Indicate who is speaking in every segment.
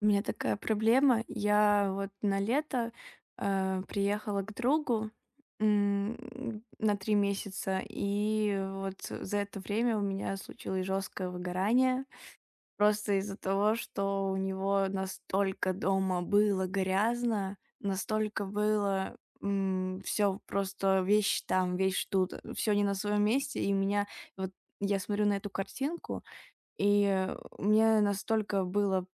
Speaker 1: У меня такая проблема. Я вот на лето приехала к другу на 3 месяца, и вот за это время у меня случилось жесткое выгорание. Просто из-за того, что у него настолько дома было грязно, настолько было все просто вещь там, вещь тут, все не на своем месте, и у меня вот я смотрю на эту картинку, и мне настолько было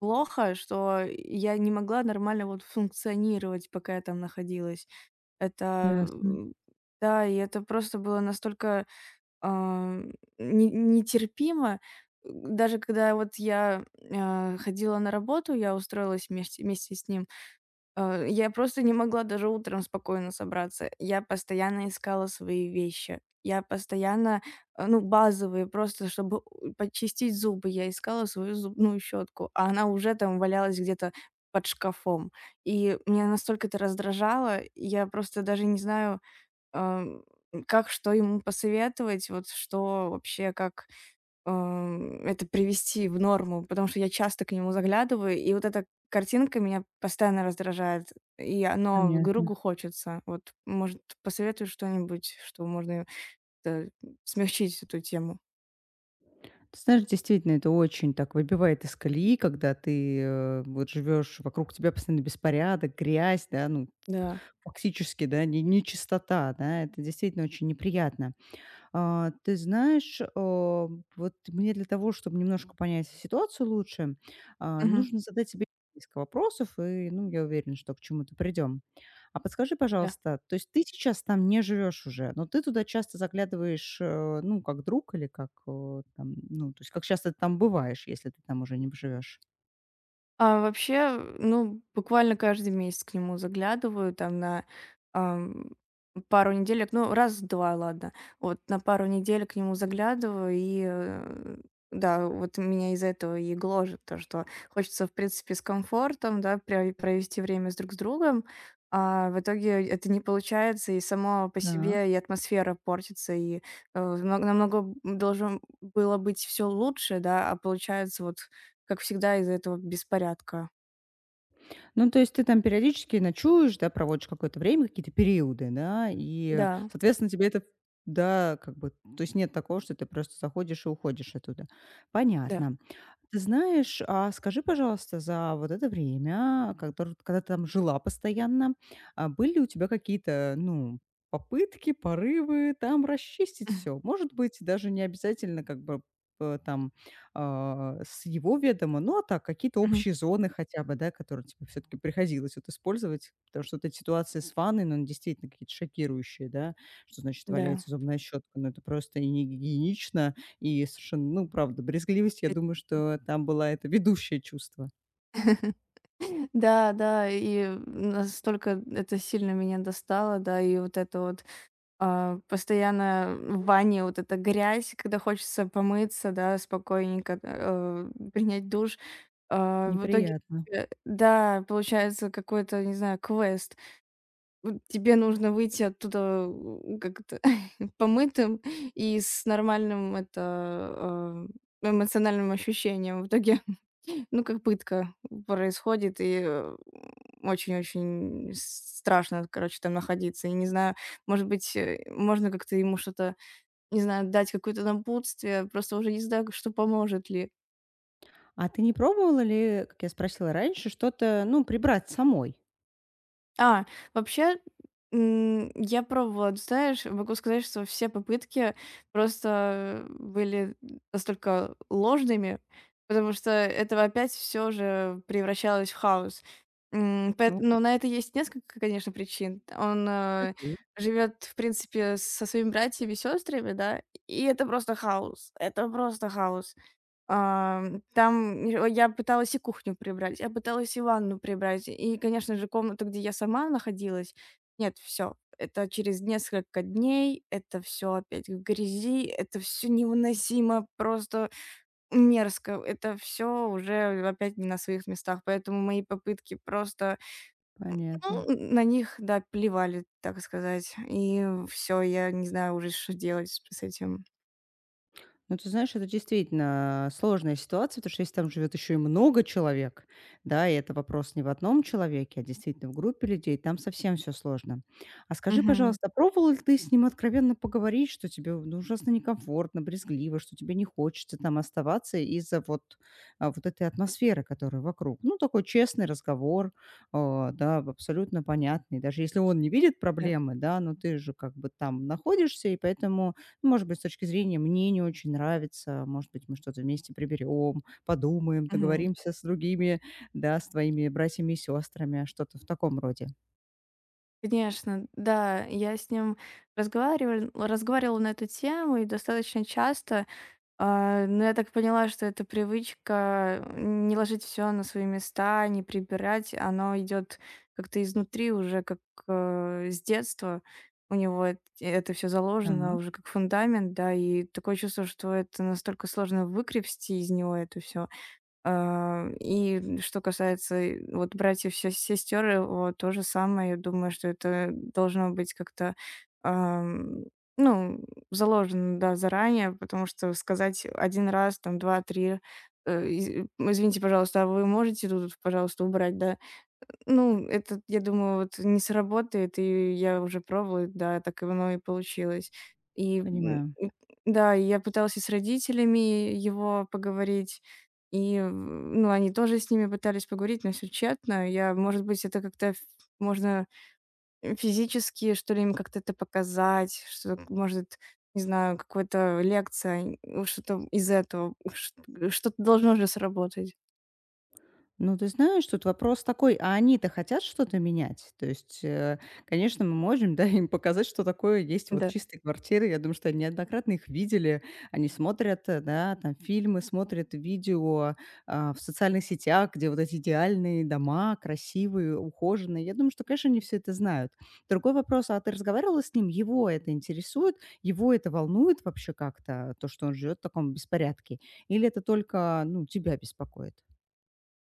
Speaker 1: плохо, что я не могла нормально вот функционировать, пока я там находилась. Это,
Speaker 2: Ясно,
Speaker 1: м, да, и это просто было настолько, а, не нетерпимо. Даже когда вот я ходила на работу, я устроилась вместе с ним. Я просто не могла даже утром спокойно собраться. Я постоянно искала свои вещи. Я постоянно, ну, базовые, просто чтобы у почистить зубы, я искала свою зубную щетку, а она уже там валялась где-то под шкафом. И меня настолько это раздражало, я просто даже не знаю, эм, как, что ему посоветовать, вот что вообще, как это привести в норму, потому что я часто к нему заглядываю, и вот эта картинка меня постоянно раздражает, и оно
Speaker 2: понятно.
Speaker 1: другу хочется. Вот, может, посоветуешь что-нибудь, что можно э, смягчить эту тему?
Speaker 2: Ты знаешь, действительно, это очень так выбивает из колеи, когда ты вот живешь, вокруг тебя постоянно беспорядок, грязь, да, ну,
Speaker 1: Да.
Speaker 2: фактически, да, нечистота, да, это действительно очень неприятно. А, ты знаешь, а, вот мне для того, чтобы немножко понять ситуацию лучше, а,
Speaker 1: Мгм.
Speaker 2: нужно задать себе несколько вопросов, и, ну, я уверена, что к чему-то придем. А подскажи, пожалуйста, то есть ты сейчас там не живешь уже, но ты туда часто заглядываешь, ну, как друг или как э, там, ну, то есть как часто ты там бываешь, если ты там уже не живешь?
Speaker 1: А вообще, ну, буквально каждый месяц к нему заглядываю, там на ам, пару неделек, ну, раз-два, ладно. Вот на пару недель к нему заглядываю, и да, вот меня из-за этого и гложет, то, что хочется, в принципе, с комфортом, да, провести время с друг с другом, а в итоге это не получается, и само по себе и атмосфера портится, и намного должно было быть все лучше, да, а получается вот как всегда, из-за этого беспорядка.
Speaker 2: Ну, то есть ты там периодически ночуешь, да, проводишь какое-то время, какие-то периоды, да, и,
Speaker 1: Да.
Speaker 2: соответственно, тебе это, да, как бы, то есть нет такого, что ты просто заходишь и уходишь оттуда.
Speaker 1: Да.
Speaker 2: Понятно. Ты знаешь, а скажи, пожалуйста, за вот это время, когда, когда ты там жила постоянно, а были ли у тебя какие-то, ну, попытки, порывы там расчистить
Speaker 1: Мгм.
Speaker 2: все? Может быть, даже не обязательно как бы э, там а, с его ведома. Ну, а так, какие-то
Speaker 1: Мгм.
Speaker 2: общие зоны хотя бы, да, которые тебе все таки приходилось вот использовать, потому что вот эти ситуации с ванной, ну, они действительно какие-то шокирующие, да, что значит
Speaker 1: Да.
Speaker 2: валяется зубная щетка, ну, это просто и не гигиенично, и совершенно, ну, правда, брезгливость, я
Speaker 1: Э
Speaker 2: думаю, что там была это ведущее чувство.
Speaker 1: Да, да, и настолько это сильно меня достало, да, и вот это вот, постоянно в ванне вот эта грязь, когда хочется помыться, да, спокойненько, принять душ. А, в итоге,
Speaker 2: Неприятно.
Speaker 1: да, получается какой-то, не знаю, квест. Вот тебе нужно выйти оттуда, у как то помытым и с нормальным, это, эмоциональным ощущением. В итоге, ну, как пытка происходит, и очень-очень страшно, короче, там находиться. И не знаю, может быть, можно как-то ему что-то, не знаю, дать какое-то напутствие, просто уже не знаю, что поможет ли.
Speaker 2: А ты не пробовала ли, как я спросила раньше, что-то, ну, прибрать самой?
Speaker 1: А, вообще, я пробовала, ты знаешь, могу сказать, что все попытки просто были настолько ложными, потому что это опять все же превращалось в хаос.
Speaker 2: Ну,
Speaker 1: Но на это есть несколько, конечно, причин. Он
Speaker 2: окей,
Speaker 1: живет, в принципе, со своими братьями и сестрами, да, и это просто хаос. Это просто хаос. Ам, там й я пыталась и кухню прибрать, я пыталась и ванну прибрать, и, конечно же, комнату, где я сама находилась. Нет, все, это через несколько дней, это все опять в грязи, это все невыносимо, просто мерзко. Это все уже опять не на своих местах, поэтому мои попытки просто, ну,
Speaker 2: понятно.
Speaker 1: на них, да, плевали, так сказать. И все, я не знаю уже, что делать с этим.
Speaker 2: Ну, ты знаешь, это действительно сложная ситуация, потому что если там живет еще и много человек, да, и это вопрос не в одном человеке, а действительно в группе людей, там совсем все сложно. А скажи,
Speaker 1: Мгм.
Speaker 2: пожалуйста, пробовал ли ты с ним откровенно поговорить, что тебе ну, ужасно некомфортно, брезгливо, что тебе не хочется там оставаться из-за вот, а, вот этой атмосферы, которая вокруг? Ну, такой честный разговор, а, да, абсолютно понятный. Даже если он не видит
Speaker 1: Да.
Speaker 2: проблемы, да, но ты же как бы там находишься, и поэтому может быть, с точки зрения мне не очень нравится, может быть, мы что-то вместе приберем, подумаем, договоримся с другими, да, с твоими братьями и сестрами, что-то в таком роде.
Speaker 1: Конечно, да, я с ним разговаривала, разговаривала на эту тему и достаточно часто. А, но я так поняла, что эта привычка не ложить все на свои места, не прибирать, оно идет как-то изнутри уже, как, с детства. У него эт это все заложено
Speaker 2: Так,
Speaker 1: уже как фундамент, да, и такое чувство, что это настолько сложно выкрести из него это все. А, и что касается, э, вот братьев, се сестер, э, вот то же самое. Я думаю, что это должно быть как-то, ам, ну, заложено, да, заранее, потому что сказать один раз, там два-три. Э, из "Извините, пожалуйста, а вы можете тут, пожалуйста, убрать?" Да, ну, это, я думаю, вот не сработает, и я уже пробовала, да, так и оно и получилось. И, м,
Speaker 2: понимаю.
Speaker 1: м, да, и я пыталась и с родителями его поговорить, и ну, они тоже с ними пытались поговорить, но все тщетно. Я, может быть, это как-то ф можно физически, что ли, им как-то это показать, что, может, не знаю, какая то лекция, н что-то из этого, ш что-то должно же сработать.
Speaker 2: Ну, ты знаешь, тут вопрос такой, а они-то хотят что-то менять? То есть, э, конечно, мы можем, да, им показать, что такое есть вот
Speaker 1: Да.
Speaker 2: чистые квартиры. Я думаю, что они неоднократно их видели. Они смотрят, э, да, там фильмы, смотрят видео а, в социальных сетях, где вот эти идеальные дома, красивые, ухоженные. Я думаю, что, конечно, они все это знают. Другой вопрос, а ты разговаривала с ним? Его это интересует? Его это волнует вообще как-то, то, что он живет в таком беспорядке? Или это только, ну, тебя беспокоит?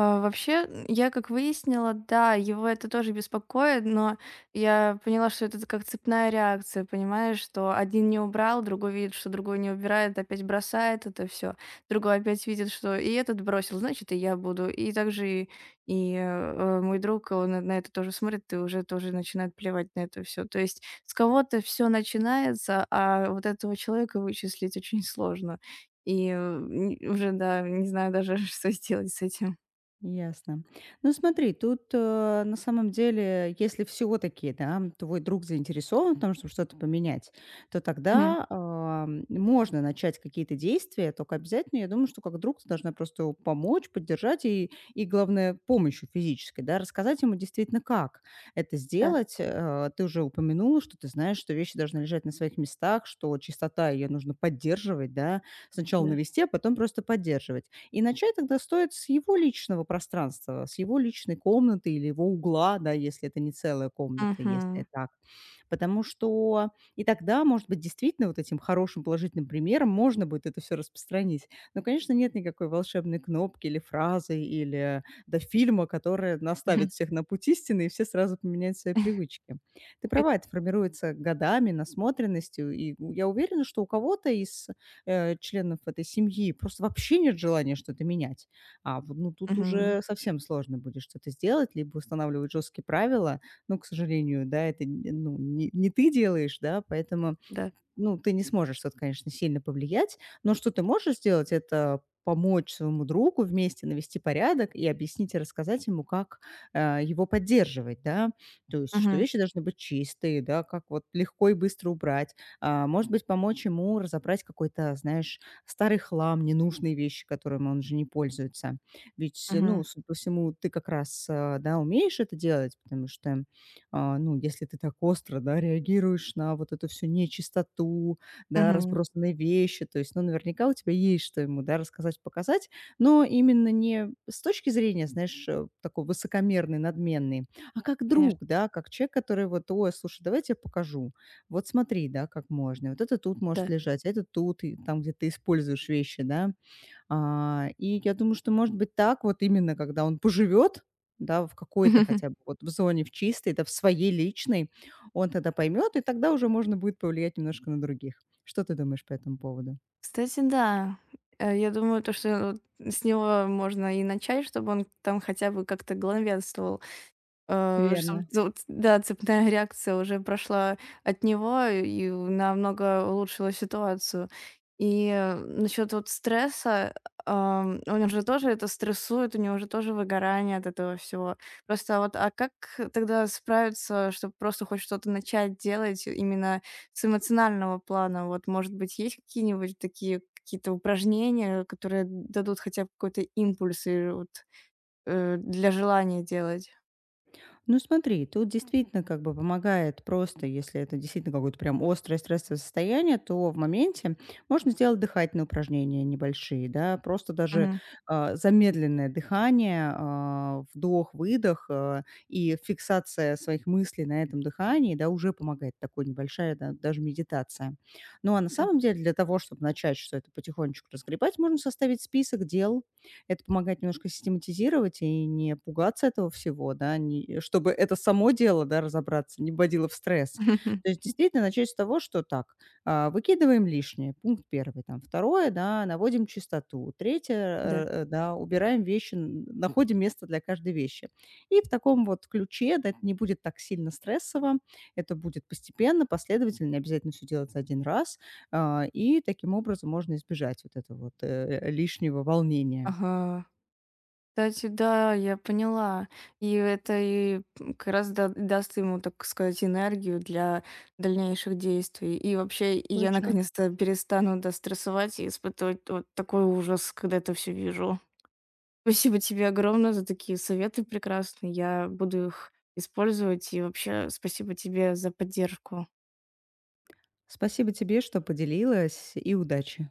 Speaker 1: А, вообще, я как выяснила, да, его это тоже беспокоит, но я поняла, что это как цепная реакция, понимаешь, что один не убрал, другой видит, что другой не убирает, опять бросает это все, другой опять видит, что и этот бросил, значит, и я буду. И также мой друг, он на это тоже смотрит и уже тоже начинает плевать на это все. То есть с кого-то все начинается, а вот этого человека вычислить очень сложно. Уже, да, не знаю даже, что сделать с этим.
Speaker 2: Ясно. Ну, смотри, тут, э, на самом деле, если всё-таки, да, твой друг заинтересован в том, чтобы что-то поменять, то
Speaker 1: Мгм.
Speaker 2: тогда, можно начать какие-то действия, только обязательно, я думаю, что как друг ты должна просто его помочь, поддержать и, главное, помощью физической, да, рассказать ему действительно, как это
Speaker 1: Да,
Speaker 2: сделать. Э, ты уже упомянула, что ты знаешь, что вещи должны лежать на своих местах, что чистота ее нужно поддерживать, да, сначала
Speaker 1: да.
Speaker 2: навести, а потом просто поддерживать. И начать тогда стоит с его личного пространства, с его личной комнаты или его угла, да, если это не целая комната, если
Speaker 1: Мгм.
Speaker 2: это Потому что и тогда, может быть, действительно вот этим хорошим положительным примером можно будет это все распространить. Но, конечно, нет никакой волшебной кнопки или фразы, или до фильма, которая
Speaker 1: Мгм.
Speaker 2: наставит всех на путь истины, и все сразу поменяют свои привычки. Ты
Speaker 1: Кон
Speaker 2: права, это формируется годами, насмотренностью, и у я уверена, что у кого-то из, э, членов этой семьи просто вообще нет желания что-то менять. А, вот ну, тут
Speaker 1: Мгм.
Speaker 2: уже совсем сложно будет что-то сделать, либо устанавливать жесткие правила, ну, к сожалению, да, это н ну, не ты делаешь, да, поэтому,
Speaker 1: Да.
Speaker 2: ну, ты не сможешь тут, конечно, сильно повлиять. Но что ты можешь сделать - это помочь своему другу вместе навести порядок и объяснить, и рассказать ему, как, э, его поддерживать, да. То есть, что
Speaker 1: Мгм.
Speaker 2: вещи должны быть чистые, да, как вот легко и быстро убрать. А, может быть, помочь ему разобрать какой-то, знаешь, старый хлам, ненужные вещи, которыми он уже не пользуется. Ведь, э, ну,
Speaker 1: Мгм.
Speaker 2: судя по всему, ты как раз, э, да, умеешь это делать, потому что а, ну, если ты так остро, да, реагируешь на вот эту всю нечистоту, да,
Speaker 1: Мгм.
Speaker 2: разбросанные вещи, то есть, ну, наверняка у тебя есть что ему, да, рассказать, показать, но именно не с точки зрения, знаешь, э, такой высокомерный, надменный, а как друг,
Speaker 1: Конечно,
Speaker 2: да, как человек, который вот, ой, слушай, давай я тебе покажу, вот смотри, да, как можно, вот это тут может
Speaker 1: да.
Speaker 2: лежать, а это тут, и там, где ты используешь вещи, да, а, и я думаю, что, может быть, так вот именно, когда он поживет, да, в какой-то хотя бы вот в зоне, в чистой, да, в своей личной, он тогда поймет, и тогда уже можно будет повлиять немножко на других. Что ты думаешь по этому поводу?
Speaker 1: Кстати, да. Я думаю, то, что, э, вот, с него можно и начать, чтобы он там хотя бы как-то главенствовал. Чтоб
Speaker 2: Верно.
Speaker 1: вот, да, цепная реакция уже прошла от него и намного улучшила ситуацию. И насчет вот стресса, у него же тоже это стрессует, у него же тоже выгорание от этого всего. Просто вот, а как тогда справиться, чтобы просто хоть что-то начать делать именно с эмоционального плана? Вот, может быть, есть какие-нибудь такие какие-то упражнения, которые дадут хотя бы какой-то импульс и вот, для желания делать?
Speaker 2: Ну смотри, тут действительно как бы помогает просто, если это действительно какое-то прям острое стрессовое состояние, то в моменте можно сделать дыхательные упражнения небольшие, да, просто даже
Speaker 1: Мгм.
Speaker 2: а, замедленное дыхание, а, вдох, выдох а, и фиксация своих мыслей на этом дыхании, да, уже помогает такой небольшая да, даже медитация. Ну а на самом деле для того, чтобы начать что-то потихонечку разгребать, можно составить список дел, это помогает немножко систематизировать и не пугаться этого всего, да, не, чтобы это само дело, да, разобраться, не вводило в стресс.
Speaker 1: Хм,
Speaker 2: То есть действительно начать с того, что так, а, выкидываем лишнее, пункт первый, там, второе, да, наводим чистоту, третье,
Speaker 1: да.
Speaker 2: э, да, убираем вещи, находим место для каждой вещи. И в таком вот ключе, да, это не будет так сильно стрессово, это будет постепенно, последовательно, не обязательно все делать за один раз, а, и таким образом можно избежать вот этого вот лишнего волнения.
Speaker 1: Ага. Кстати, да, я поняла. И это как раз даст ему, так сказать, энергию для дальнейших действий. И вообще, и я
Speaker 2: Точно.
Speaker 1: наконец-то перестану да, стрессовать и испытывать вот такой ужас, когда это все вижу. Спасибо тебе огромное за такие советы прекрасные. Я буду их использовать. И вообще, спасибо тебе за поддержку.
Speaker 2: Спасибо тебе, что поделилась, и удачи.